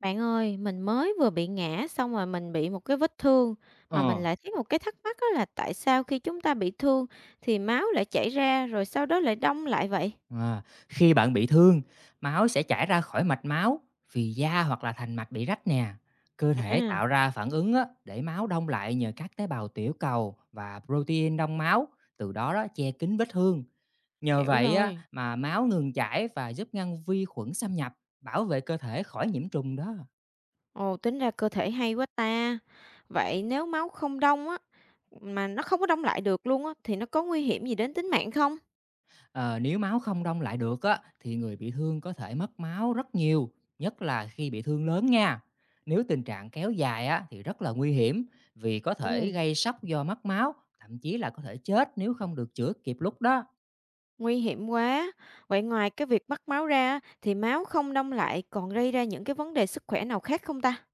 Bạn ơi, mình mới vừa bị ngã xong rồi mình bị một cái vết thương mà Ờ, mình lại thấy một cái thắc mắc đó là tại sao khi chúng ta bị thương thì máu lại chảy ra rồi sau đó lại đông lại vậy? à, Khi bạn bị thương, máu sẽ chảy ra khỏi mạch máu vì da hoặc là thành mạch bị rách nè. Cơ thể À, tạo ra phản ứng á, để máu đông lại nhờ các tế bào tiểu cầu và protein đông máu, từ đó che kín vết thương. Nhờ hiểu vậy á, rồi. mà máu ngừng chảy và giúp ngăn vi khuẩn xâm nhập, bảo vệ cơ thể khỏi nhiễm trùng đó. Ồ, tính ra cơ thể hay quá ta. Vậy nếu máu không đông á mà nó không có đông lại được luôn á thì nó có nguy hiểm gì đến tính mạng không? Ờ, Nếu máu không đông lại được á, thì người bị thương có thể mất máu rất nhiều, nhất là khi bị thương lớn nha. Nếu tình trạng kéo dài á, thì rất là nguy hiểm vì có thể Ừ, gây sốc do mất máu, thậm chí là có thể chết nếu không được chữa kịp lúc đó. nguy hiểm quá. Vậy ngoài cái việc mất máu ra á, thì máu không đông lại còn gây ra những cái vấn đề sức khỏe nào khác không ta?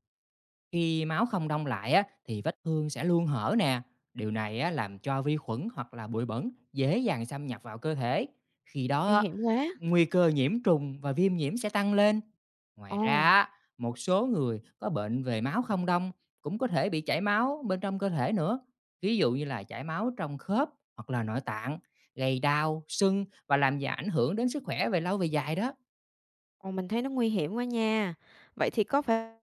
Khi máu không đông lại á, thì vết thương sẽ luôn hở nè. Điều này á, làm cho vi khuẩn hoặc là bụi bẩn dễ dàng xâm nhập vào cơ thể. Khi Nguy đó hiểm quá. nguy cơ nhiễm trùng và viêm nhiễm sẽ tăng lên. Ngoài Ồ. ra, á, một số người có bệnh về máu không đông cũng có thể bị chảy máu bên trong cơ thể nữa. Ví dụ như là chảy máu trong khớp hoặc là nội tạng, gây đau, sưng và làm gì ảnh hưởng đến sức khỏe về lâu về dài đó. Ồ, mình thấy nó nguy hiểm quá nha. Vậy thì có phải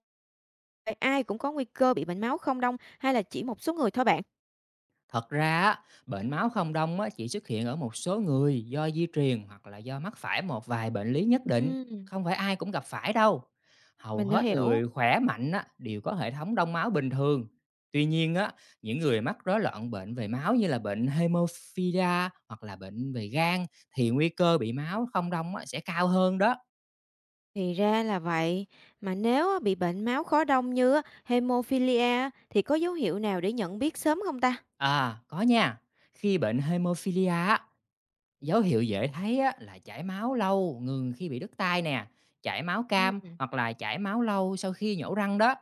ai cũng có nguy cơ bị bệnh máu không đông hay là chỉ một số người thôi bạn? Thật ra á, bệnh máu không đông á, chỉ xuất hiện ở một số người do di truyền hoặc là do mắc phải một vài bệnh lý nhất định, Ừm, không phải ai cũng gặp phải đâu. Hầu mình đã hết hiểu. người khỏe mạnh á, đều có hệ thống đông máu bình thường. Tuy nhiên á, những người mắc rối loạn bệnh về máu như là bệnh hemophilia hoặc là bệnh về gan thì nguy cơ bị máu không đông á, sẽ cao hơn đó. Thì ra là vậy. Mà nếu á, bị bệnh máu khó đông như á, hemophilia á, thì có dấu hiệu nào để nhận biết sớm không ta? À, có nha. Khi bệnh hemophilia á, dấu hiệu dễ thấy á, là chảy máu lâu, ngừng khi bị đứt tai nè, chảy máu Ừm, cam hoặc là chảy máu lâu sau khi nhổ răng đó.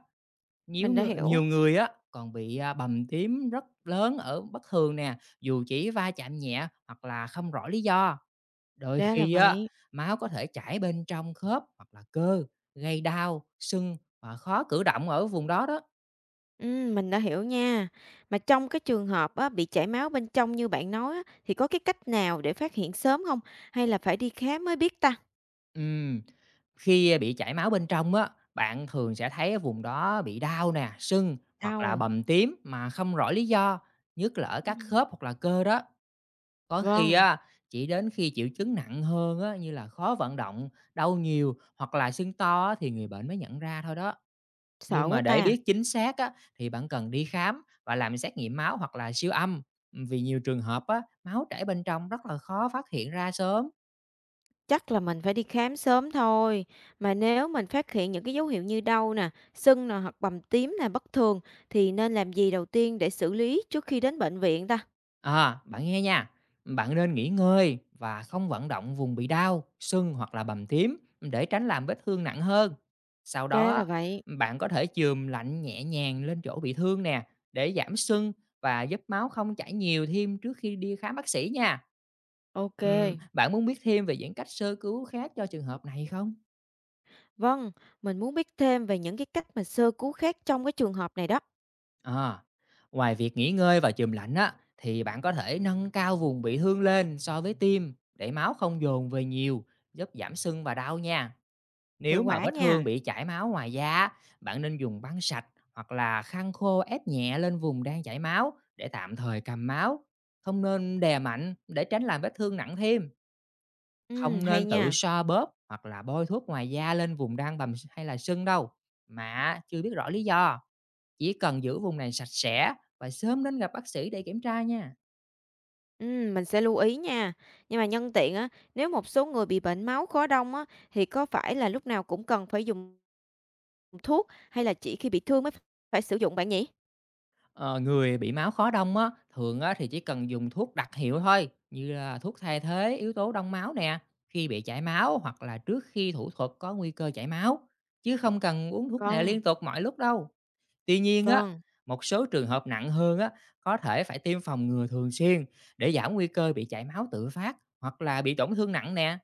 Nhiều mình đã người, hiểu. nhiều người á còn bị bầm tím rất lớn ở bất thường nè, dù chỉ va chạm nhẹ hoặc là không rõ lý do. Đôi Ra là khi á, vậy. máu có thể chảy bên trong khớp hoặc là cơ, gây đau, sưng và khó cử động ở vùng đó đó. Mình đã hiểu nha. Mà trong cái trường hợp á, bị chảy máu bên trong như bạn nói á, thì có cái cách nào để phát hiện sớm không? Hay là phải đi khám mới biết ta? Ừm, khi bị chảy máu bên trong á, bạn thường sẽ thấy vùng đó bị đau nè, sưng hoặc là Đau. bầm tím mà không rõ lý do, nhất là ở các Ừm. khớp hoặc là cơ đó. Có khi Vâng, á, chỉ đến khi triệu chứng nặng hơn á, như là khó vận động, đau nhiều hoặc là sưng to á, thì người bệnh mới nhận ra thôi đó. sợ Nhưng quá mà để ta. biết chính xác á, thì bạn cần đi khám và làm xét nghiệm máu hoặc là siêu âm. Vì nhiều trường hợp á, máu chảy bên trong rất là khó phát hiện ra sớm. Chắc là mình phải đi khám sớm thôi. Mà nếu mình phát hiện những cái dấu hiệu như đau nè, sưng nè hoặc bầm tím nè bất thường thì nên làm gì đầu tiên để xử lý trước khi đến bệnh viện ta? À, bạn nghe nha, bạn nên nghỉ ngơi và không vận động vùng bị đau, sưng hoặc là bầm tím để tránh làm vết thương nặng hơn. Sau Ra là đó, vậy. bạn có thể chườm lạnh nhẹ nhàng lên chỗ bị thương nè để giảm sưng và giúp máu không chảy nhiều thêm trước khi đi khám bác sĩ nha. Ok. Bạn muốn biết thêm về những cách sơ cứu khác cho trường hợp này không? Vâng, mình muốn biết thêm về những cái cách mà sơ cứu khác trong cái trường hợp này đó. À, ngoài việc nghỉ ngơi và chườm lạnh á, thì bạn có thể nâng cao vùng bị thương lên so với tim để máu không dồn về nhiều, giúp giảm sưng và đau nha. Hiệu Nếu mà quả vết thương nha. bị chảy máu ngoài da, á, bạn nên dùng băng sạch hoặc là khăn khô ép nhẹ lên vùng đang chảy máu để tạm thời cầm máu. Không nên đè mạnh để tránh làm vết thương nặng thêm. Ừ, Không hay nên tự nha. xoa bóp hoặc là bôi thuốc ngoài da lên vùng đang bầm hay là sưng đâu, mà chưa biết rõ lý do. Chỉ cần giữ vùng này sạch sẽ và sớm đến gặp bác sĩ để kiểm tra nha. Ừ, mình sẽ lưu ý nha. Nhưng mà nhân tiện á, nếu một số người bị bệnh máu khó đông á thì có phải là lúc nào cũng cần phải dùng thuốc hay là chỉ khi bị thương mới phải sử dụng bạn nhỉ? Ờ, Người bị máu khó đông á, thường á, thì chỉ cần dùng thuốc đặc hiệu thôi, như là thuốc thay thế yếu tố đông máu nè, khi bị chảy máu hoặc là trước khi thủ thuật có nguy cơ chảy máu, chứ không cần uống thuốc này Vâng. liên tục mọi lúc đâu. Tuy nhiên á, Vâng, một số trường hợp nặng hơn á, có thể phải tiêm phòng ngừa thường xuyên để giảm nguy cơ bị chảy máu tự phát hoặc là bị tổn thương nặng nè.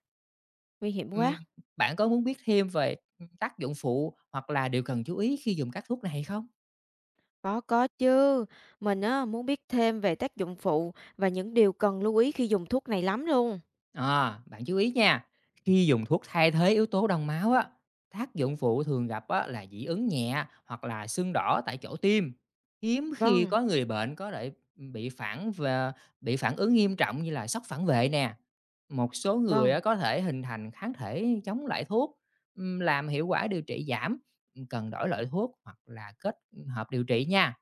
nguy hiểm Ừm, quá. bạn có muốn biết thêm về tác dụng phụ hoặc là điều cần chú ý khi dùng các thuốc này không? Có chứ. Mình á muốn biết thêm về tác dụng phụ và những điều cần lưu ý khi dùng thuốc này lắm luôn. À, bạn chú ý nha, khi dùng thuốc thay thế yếu tố đông máu á, tác dụng phụ thường gặp á, là dị ứng nhẹ hoặc là sưng đỏ tại chỗ tiêm. Hiếm khi Vâng, có người bệnh có thể bị phản ứng nghiêm trọng như là sốc phản vệ nè. Một số người vâng, á, có thể hình thành kháng thể chống lại thuốc, làm hiệu quả điều trị giảm, cần đổi loại thuốc hoặc là kết hợp điều trị nha.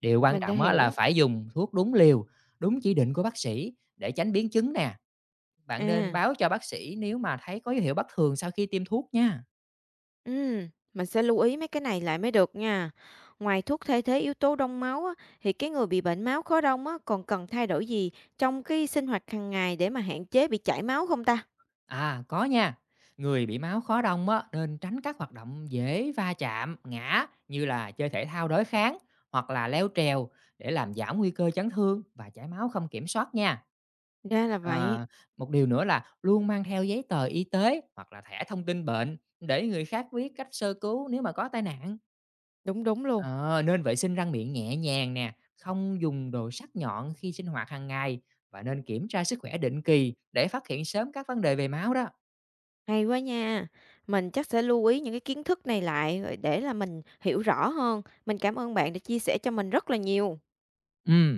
Điều quan mình đã trọng á, là hiểu. phải dùng thuốc đúng liều, đúng chỉ định của bác sĩ để tránh biến chứng nè. Bạn nên À, báo cho bác sĩ nếu mà thấy có dấu hiệu bất thường sau khi tiêm thuốc nha. Mình sẽ lưu ý mấy cái này lại mới được nha. Ngoài thuốc thay thế yếu tố đông máu á, thì cái người bị bệnh máu khó đông á còn cần thay đổi gì trong cái sinh hoạt hàng ngày để mà hạn chế bị chảy máu không ta? À, có nha. Người bị máu khó đông á, nên tránh các hoạt động dễ va chạm, ngã như là chơi thể thao đối kháng hoặc là leo trèo để làm giảm nguy cơ chấn thương và chảy máu không kiểm soát nha. Ra là vậy. À, một điều nữa là luôn mang theo giấy tờ y tế hoặc là thẻ thông tin bệnh để người khác biết cách sơ cứu nếu mà có tai nạn. Đúng đúng luôn. Ờ, nên vệ sinh răng miệng nhẹ nhàng nè, không dùng đồ sắc nhọn khi sinh hoạt hàng ngày và nên kiểm tra sức khỏe định kỳ để phát hiện sớm các vấn đề về máu đó. Hay quá nha. Mình chắc sẽ lưu ý những cái kiến thức này lại rồi để là mình hiểu rõ hơn. Mình cảm ơn bạn đã chia sẻ cho mình rất là nhiều. Ừm.